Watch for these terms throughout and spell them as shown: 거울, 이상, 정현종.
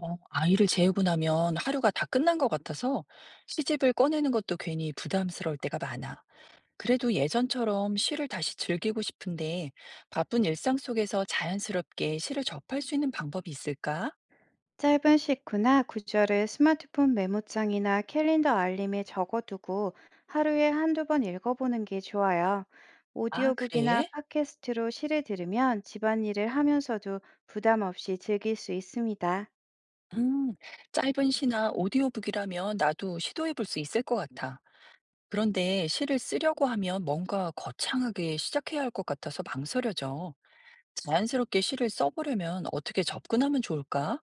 어, 아이를 재우고 나면 하루가 다 끝난 것 같아서 시집을 꺼내는 것도 괜히 부담스러울 때가 많아. 그래도 예전처럼 시를 다시 즐기고 싶은데 바쁜 일상 속에서 자연스럽게 시를 접할 수 있는 방법이 있을까? 짧은 식후나 구절을 스마트폰 메모장이나 캘린더 알림에 적어두고 하루에 한두 번 읽어보는 게 좋아요. 아, 오디오북이나 그래? 팟캐스트로 시를 들으면 집안일을 하면서도 부담 없이 즐길 수 있습니다. 음, 짧은 시나 오디오북이라면 나도 시도해 볼 수 있을 것 같아. 그런데 시를 쓰려고 하면 뭔가 거창하게 시작해야 할 것 같아서 망설여져. 자연스럽게 시를 써보려면 어떻게 접근하면 좋을까?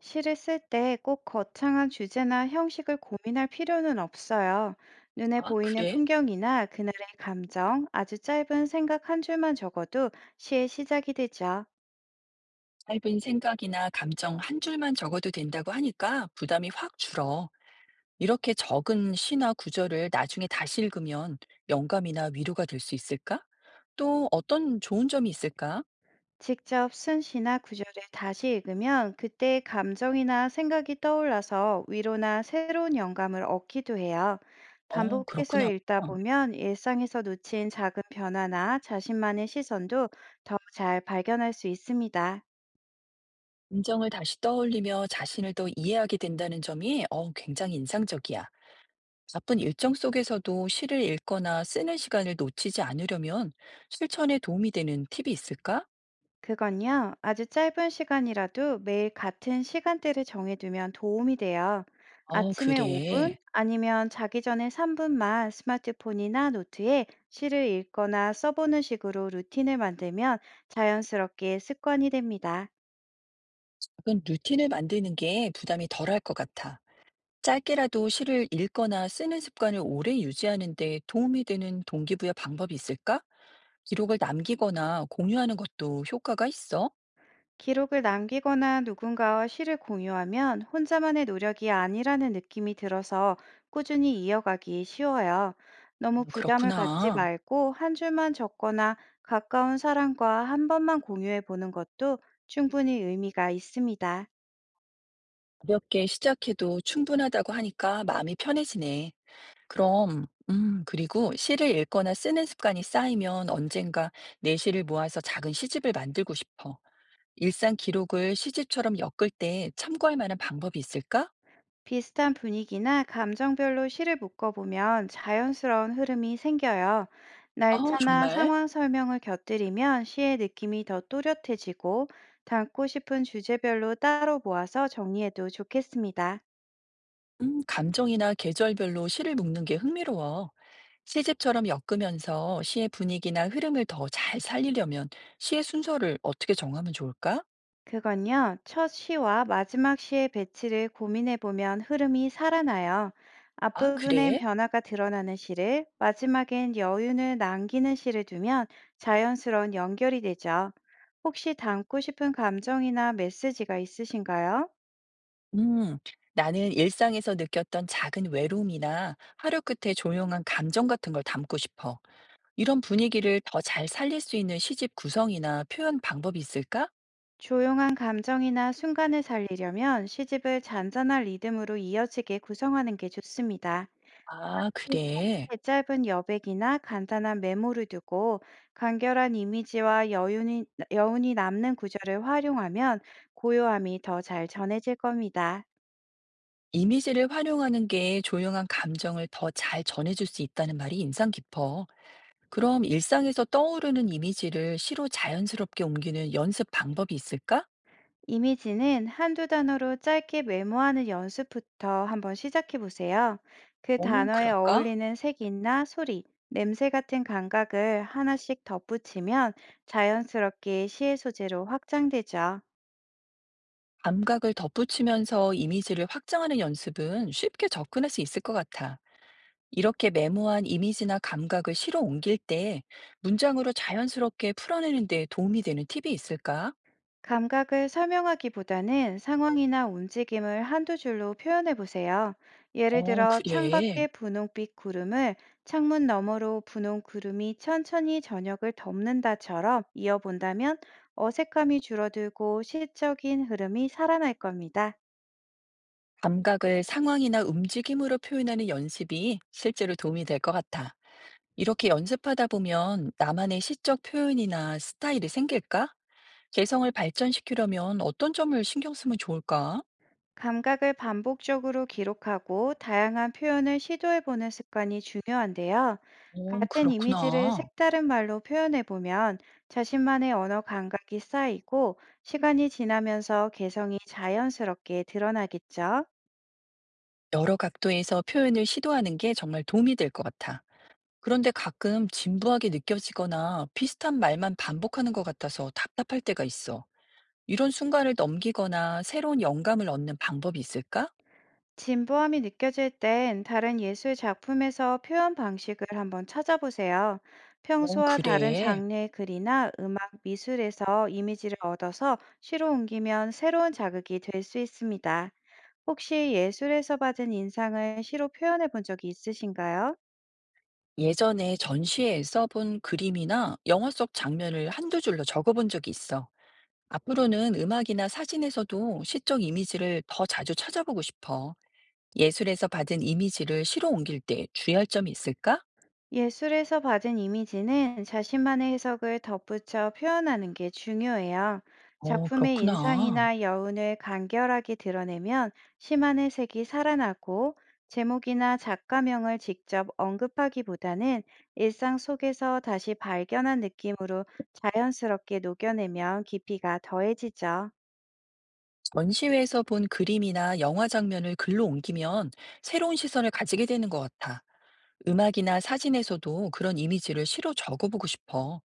시를 쓸 때 꼭 거창한 주제나 형식을 고민할 필요는 없어요. 눈에 아, 보이는 그래? 풍경이나 그날의 감정, 아주 짧은 생각 한 줄만 적어도 시의 시작이 되죠. 짧은 생각이나 감정 한 줄만 적어도 된다고 하니까 부담이 확 줄어. 이렇게 적은 시나 구절을 나중에 다시 읽으면 영감이나 위로가 될 수 있을까? 또 어떤 좋은 점이 있을까? 직접 쓴 시나 구절을 다시 읽으면 그때의 감정이나 생각이 떠올라서 위로나 새로운 영감을 얻기도 해요. 어, 반복해서 그렇구나. 읽다 보면 일상에서 놓친 작은 변화나 자신만의 시선도 더 잘 발견할 수 있습니다. 감정을 다시 떠올리며 자신을 더 이해하게 된다는 점이 굉장히 인상적이야. 바쁜 일정 속에서도 시를 읽거나 쓰는 시간을 놓치지 않으려면 실천에 도움이 되는 팁이 있을까? 그건요, 아주 짧은 시간이라도 매일 같은 시간대를 정해두면 도움이 돼요. 어, 아침에 그래. 5분 아니면 자기 전에 3분만 스마트폰이나 노트에 시를 읽거나 써보는 식으로 루틴을 만들면 자연스럽게 습관이 됩니다. 작은 루틴을 만드는 게 부담이 덜할 것 같아. 짧게라도 시를 읽거나 쓰는 습관을 오래 유지하는 데 도움이 되는 동기부여 방법이 있을까? 기록을 남기거나 공유하는 것도 효과가 있어? 기록을 남기거나 누군가와 시를 공유하면 혼자만의 노력이 아니라는 느낌이 들어서 꾸준히 이어가기 쉬워요. 너무 부담을 갖지 그렇구나. 말고 한 줄만 적거나 가까운 사람과 한 번만 공유해 보는 것도 충분히 의미가 있습니다. 가볍게 시작해도 충분하다고 하니까 마음이 편해지네. 그럼, 그리고 시를 읽거나 쓰는 습관이 쌓이면 언젠가 내 시를 모아서 작은 시집을 만들고 싶어. 일상 기록을 시집처럼 엮을 때 참고할 만한 방법이 있을까? 비슷한 분위기나 감정별로 시를 묶어보면 자연스러운 흐름이 생겨요. 아, 날짜나 정말? 상황 설명을 곁들이면 시의 느낌이 더 또렷해지고, 담고 싶은 주제별로 따로 모아서 정리해도 좋겠습니다. 감정이나 계절별로 시를 묶는 게 흥미로워. 시집처럼 엮으면서 시의 분위기나 흐름을 더 잘 살리려면 시의 순서를 어떻게 정하면 좋을까? 그건요, 첫 시와 마지막 시의 배치를 고민해 보면 흐름이 살아나요. 아, 앞부분엔 그래? 변화가 드러나는 시를, 마지막엔 여운을 남기는 시를 두면 자연스러운 연결이 되죠. 혹시 담고 싶은 감정이나 메시지가 있으신가요? 음, 나는 일상에서 느꼈던 작은 외로움이나 하루 끝에 조용한 감정 같은 걸 담고 싶어. 이런 분위기를 더 잘 살릴 수 있는 시집 구성이나 표현 방법이 있을까? 조용한 감정이나 순간을 살리려면 시집을 잔잔한 리듬으로 이어지게 구성하는 게 좋습니다. 아, 그래. 네, 짧은 여백이나 간단한 메모를 두고 간결한 이미지와 여운이 남는 구절을 활용하면 고요함이 더 잘 전해질 겁니다. 이미지를 활용하는 게 조용한 감정을 더 잘 전해줄 수 있다는 말이 인상 깊어. 그럼 일상에서 떠오르는 이미지를 시로 자연스럽게 옮기는 연습 방법이 있을까? 이미지는 한두 단어로 짧게 메모하는 연습부터 한번 시작해 보세요. 그 어, 단어에 그럴까? 어울리는 색이나 소리, 냄새 같은 감각을 하나씩 덧붙이면 자연스럽게 시의 소재로 확장되죠. 감각을 덧붙이면서 이미지를 확장하는 연습은 쉽게 접근할 수 있을 것 같아. 이렇게 메모한 이미지나 감각을 시로 옮길 때 문장으로 자연스럽게 풀어내는 데 도움이 되는 팁이 있을까? 감각을 설명하기보다는 상황이나 움직임을 한두 줄로 표현해 보세요. 예를 어, 들어, 창밖에 그래. 분홍빛 구름을 창문 너머로 분홍 구름이 천천히 저녁을 덮는다처럼 이어본다면 어색함이 줄어들고 시적인 흐름이 살아날 겁니다. 감각을 상황이나 움직임으로 표현하는 연습이 실제로 도움이 될 것 같아. 이렇게 연습하다 보면 나만의 시적 표현이나 스타일이 생길까? 개성을 발전시키려면 어떤 점을 신경 쓰면 좋을까? 감각을 반복적으로 기록하고 다양한 표현을 시도해 보는 습관이 중요한데요. 오, 같은 이미지를 그렇구나. 색다른 말로 표현해 보면 자신만의 언어 감각이 쌓이고 시간이 지나면서 개성이 자연스럽게 드러나겠죠. 여러 각도에서 표현을 시도하는 게 정말 도움이 될 것 같아. 그런데 가끔 진부하게 느껴지거나 비슷한 말만 반복하는 것 같아서 답답할 때가 있어. 이런 순간을 넘기거나 새로운 영감을 얻는 방법이 있을까? 진보함이 느껴질 땐 다른 예술 작품에서 표현 방식을 한번 찾아보세요. 어, 평소와 다른 그래. 장르의 글이나 음악, 미술에서 이미지를 얻어서 시로 옮기면 새로운 자극이 될 수 있습니다. 혹시 예술에서 받은 인상을 시로 표현해 본 적이 있으신가요? 예전에 전시회에서 본 그림이나 영화 속 장면을 한두 줄로 적어본 적이 있어. 앞으로는 음악이나 사진에서도 시적 이미지를 더 자주 찾아보고 싶어. 예술에서 받은 이미지를 시로 옮길 때 주의할 점이 있을까? 예술에서 받은 이미지는 자신만의 해석을 덧붙여 표현하는 게 중요해요. 어, 작품의 그렇구나. 인상이나 여운을 간결하게 드러내면 시만의 색이 살아나고 제목이나 작가명을 직접 언급하기보다는 일상 속에서 다시 발견한 느낌으로 자연스럽게 녹여내면 깊이가 더해지죠. 전시회에서 본 그림이나 영화 장면을 글로 옮기면 새로운 시선을 가지게 되는 것 같아. 음악이나 사진에서도 그런 이미지를 시로 적어보고 싶어.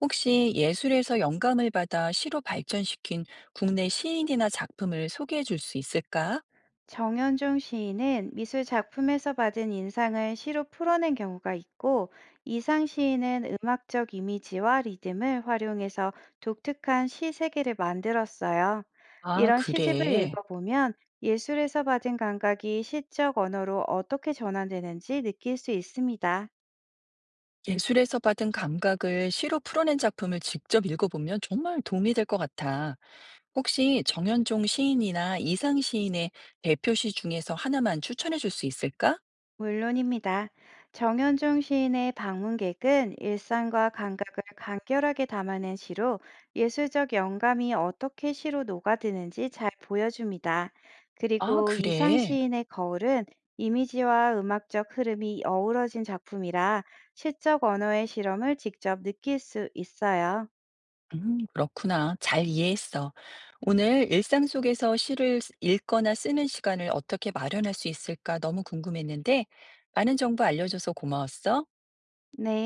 혹시 예술에서 영감을 받아 시로 발전시킨 국내 시인이나 작품을 소개해 줄 수 있을까? 정현종 시인은 미술 작품에서 받은 인상을 시로 풀어낸 경우가 있고, 이상 시인은 음악적 이미지와 리듬을 활용해서 독특한 시 세계를 만들었어요. 아, 이런 시집을 그래. 읽어보면 예술에서 받은 감각이 시적 언어로 어떻게 전환되는지 느낄 수 있습니다. 예술에서 받은 감각을 시로 풀어낸 작품을 직접 읽어보면 정말 도움이 될 것 같아. 혹시 정현종 시인이나 이상 시인의 대표 시 중에서 하나만 추천해 줄 수 있을까? 물론입니다. 정현종 시인의 방문객은 일상과 감각을 간결하게 담아낸 시로 예술적 영감이 어떻게 시로 녹아드는지 잘 보여줍니다. 아, 그리고 이상 그래. 시인의 거울은 이미지와 음악적 흐름이 어우러진 작품이라 시적 언어의 실험을 직접 느낄 수 있어요. 그렇구나. 잘 이해했어. 오늘 일상 속에서 읽거나 쓰는 시간을 어떻게 마련할 수 있을까 너무 궁금했는데, 많은 정보 알려줘서 고마웠어. 네.